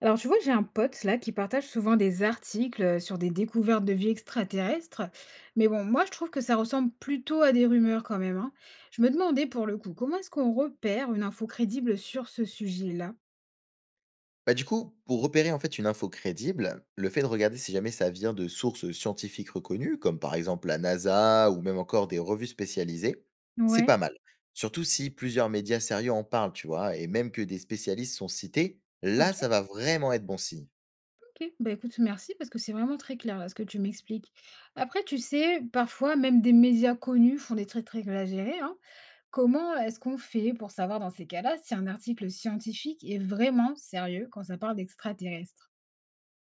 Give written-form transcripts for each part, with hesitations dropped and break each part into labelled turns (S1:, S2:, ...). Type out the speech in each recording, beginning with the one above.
S1: Alors, tu vois, j'ai un pote là qui partage souvent des articles sur des découvertes de vie extraterrestre. Mais bon, moi, je trouve que ça ressemble plutôt à des rumeurs quand même, hein. Je me demandais pour le coup, comment est-ce qu'on repère une info crédible sur ce sujet-là?
S2: Bah, du coup, pour repérer en fait une info crédible, le fait de regarder si jamais ça vient de sources scientifiques reconnues, comme par exemple la NASA ou même encore des revues spécialisées, c'est pas
S1: Ouais.
S2: mal. Surtout si plusieurs médias sérieux en parlent, tu vois, et même que des spécialistes sont cités, là,
S1: Ok,
S2: ça va vraiment être bon signe.
S1: ok. Bah écoute, merci parce que c'est vraiment très clair là ce que tu m'expliques. Après, tu sais, parfois même des médias connus font des traits très exagérés, hein. Comment est-ce qu'on fait pour savoir dans ces cas-là si un article scientifique est vraiment sérieux quand ça parle d'extraterrestres?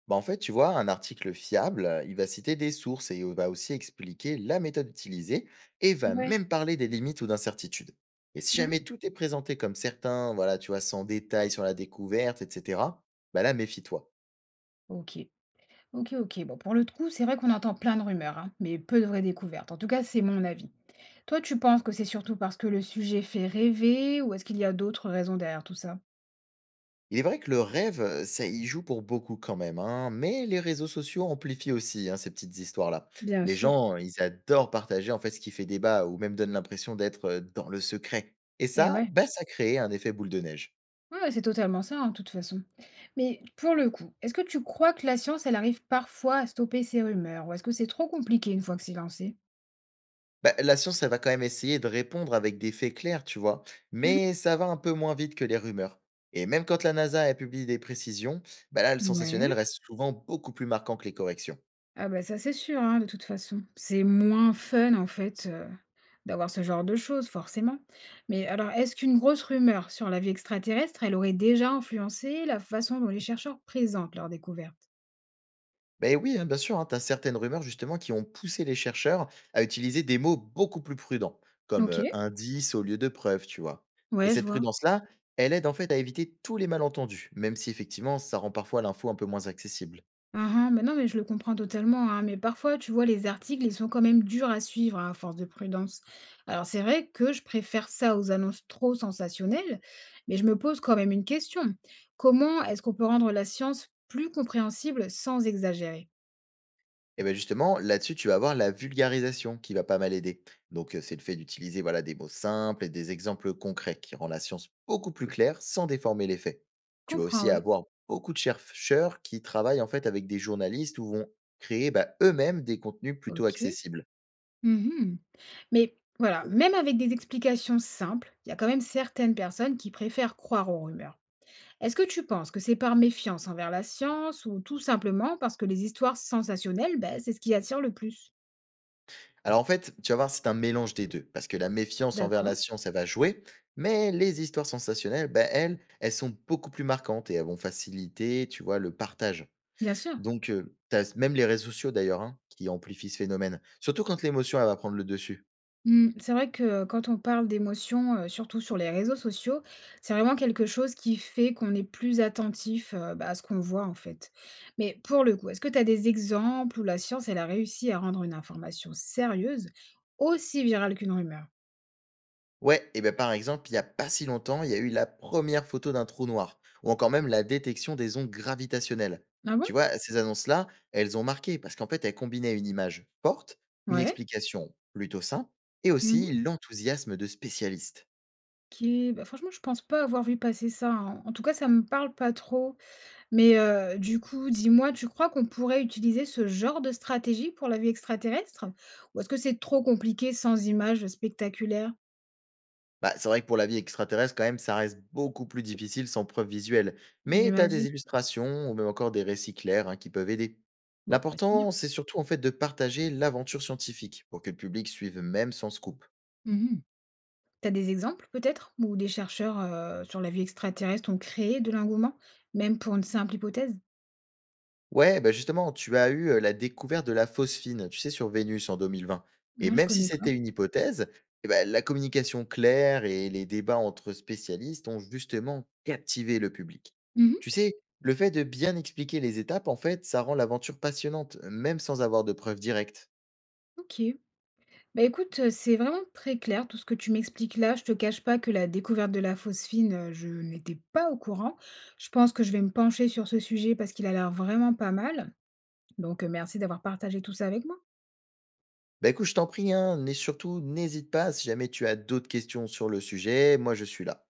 S2: Bah, en fait, tu vois, un article fiable, il va citer des sources et il va aussi expliquer la méthode utilisée et va
S1: Ouais.
S2: même parler des limites ou d'incertitudes. Et si jamais tout est présenté comme certain, voilà, tu vois, sans détail sur la découverte, etc., bah là, méfie-toi.
S1: OK. OK, OK. Bon, pour le coup, c'est vrai qu'on entend plein de rumeurs, hein, mais peu de vraies découvertes. En tout cas, c'est mon avis. Toi, tu penses que c'est surtout parce que le sujet fait rêver ou est-ce qu'il y a d'autres raisons derrière tout ça?
S2: Il est vrai que le rêve, ça y joue pour beaucoup quand même, hein, mais les réseaux sociaux amplifient aussi hein, ces petites histoires-là.
S1: Bien
S2: Les
S1: sûr.
S2: gens, ils adorent partager en fait ce qui fait débat ou même donne l'impression d'être dans le secret. Et
S1: Eh
S2: ça,
S1: ouais,
S2: bah, ça crée un effet boule de neige.
S1: ouais, ouais, c'est totalement ça, hein, de toute façon. Mais pour le coup, est-ce que tu crois que la science, elle arrive parfois à stopper ces rumeurs ou est-ce que c'est trop compliqué une fois que c'est lancé?
S2: Bah, la science, elle va quand même essayer de répondre avec des faits clairs, tu vois,
S1: Mhm.
S2: mais ça va un peu moins vite que les rumeurs. Et même quand la NASA a publié des précisions, bah là, le sensationnel
S1: Ouais.
S2: reste souvent beaucoup plus marquant que les corrections.
S1: Ah bah, ça, c'est sûr, hein, de toute façon. C'est moins fun, en fait, d'avoir ce genre de choses, forcément. Mais alors, est-ce qu'une grosse rumeur sur la vie extraterrestre, elle aurait déjà influencé la façon dont les chercheurs présentent leurs découvertes?
S2: Ben oui, hein, bien sûr, hein, tu as certaines rumeurs justement qui ont poussé les chercheurs à utiliser des mots beaucoup plus prudents, comme
S1: OK,
S2: indice au lieu de preuve, tu vois. Et
S1: ouais, je
S2: cette
S1: vois.
S2: prudence-là, elle aide en fait à éviter tous les malentendus, même si effectivement, ça rend parfois l'info un peu moins accessible.
S1: Ah ah, mais non, mais je le comprends totalement, hein, mais parfois, tu vois, les articles, ils sont quand même durs à suivre, hein, à force de prudence. Alors, c'est vrai que je préfère ça aux annonces trop sensationnelles, mais je me pose quand même une question. Comment est-ce qu'on peut rendre la science plus compréhensible sans exagérer?
S2: Et beh, justement, là-dessus, tu vas avoir la vulgarisation qui va pas mal aider. Donc, c'est le fait d'utiliser, voilà, des mots simples et des exemples concrets qui rend la science beaucoup plus claire sans déformer les faits.
S1: Je
S2: Tu vas
S1: comprends,
S2: aussi
S1: ouais.
S2: avoir beaucoup de chercheurs qui travaillent, en fait, avec des journalistes ou vont créer, bah, eux-mêmes des contenus plutôt
S1: Ok.
S2: accessibles.
S1: Mhm. Mais voilà, même avec des explications simples, il y a quand même certaines personnes qui préfèrent croire aux rumeurs. Est-ce que tu penses que c'est par méfiance envers la science ou tout simplement parce que les histoires sensationnelles, ben c'est ce qui attire le plus?
S2: Alors, en fait, tu vas voir, c'est un mélange des 2 parce que la méfiance envers la
S1: D'accord,
S2: science, elle va jouer, mais les histoires sensationnelles, bah, elles, elles sont beaucoup plus marquantes et elles vont faciliter, tu vois, le partage.
S1: bien sûr.
S2: Donc tu as même les réseaux sociaux d'ailleurs, hein, qui amplifient ce phénomène, surtout quand l'émotion, elle va prendre le dessus.
S1: Mmh, c'est vrai que quand on parle d'émotions, surtout sur les réseaux sociaux, c'est vraiment quelque chose qui fait qu'on est plus attentif, bah, à ce qu'on voit, en fait. Mais pour le coup, est-ce que tu as des exemples où la science, elle a réussi à rendre une information sérieuse aussi virale qu'une rumeur?
S2: Ouais et ben par exemple, il y a pas si longtemps, il y a eu la première photo d'un trou noir ou encore même la détection des ondes gravitationnelles.
S1: Ah
S2: Et tu
S1: bon?
S2: vois, ces annonces-là, elles ont marqué parce qu'en fait, elles combinaient une image forte, une
S1: Ouais.
S2: explication plutôt simple et
S1: Mmh.
S2: aussi l'enthousiasme de spécialistes.
S1: Qui bah, franchement, je pense pas avoir vu passer ça, hein. En tout cas, ça me parle pas trop. Mais du coup, dis-moi, tu crois qu'on pourrait utiliser ce genre de stratégie pour la vie extraterrestre? Ou est-ce que c'est trop compliqué sans images spectaculaires?
S2: Bah, c'est vrai que pour la vie extraterrestre, quand même, ça reste beaucoup plus difficile sans preuve visuelle. Mais tu as des
S1: J'imagine.
S2: illustrations ou même encore des récits clairs hein, qui peuvent aider.
S1: Bon, bah, c'est bien.
S2: L'important, c'est surtout en fait de partager l'aventure scientifique pour que le public suive même sans scoop.
S1: Mmh mh. Des exemples peut-être? Où des chercheurs, sur la vie extraterrestre ont créé de l'engouement, même pour une simple hypothèse?
S2: Ouais, bah, justement, tu as eu, la découverte de la phosphine, tu sais, sur Vénus en 2020, et
S1: Moi, je
S2: même si
S1: connais pas.
S2: c'était une hypothèse et bah, la communication claire et les débats entre spécialistes ont justement captivé le public.
S1: Mmh.
S2: Tu sais, le fait de bien expliquer les étapes, en fait, ça rend l'aventure passionnante, même sans avoir de preuves directes.
S1: OK. Bah, écoute, c'est vraiment très clair tout ce que tu m'expliques là. Je te cache pas que la découverte de la phosphine, je n'étais pas au courant. Je pense que je vais me pencher sur ce sujet parce qu'il a l'air vraiment pas mal. Donc, merci d'avoir partagé tout ça avec moi.
S2: Bah, écoute, je t'en prie, hein, n'é surtout n'hésite pas si jamais tu as d'autres questions sur le sujet, moi je suis là.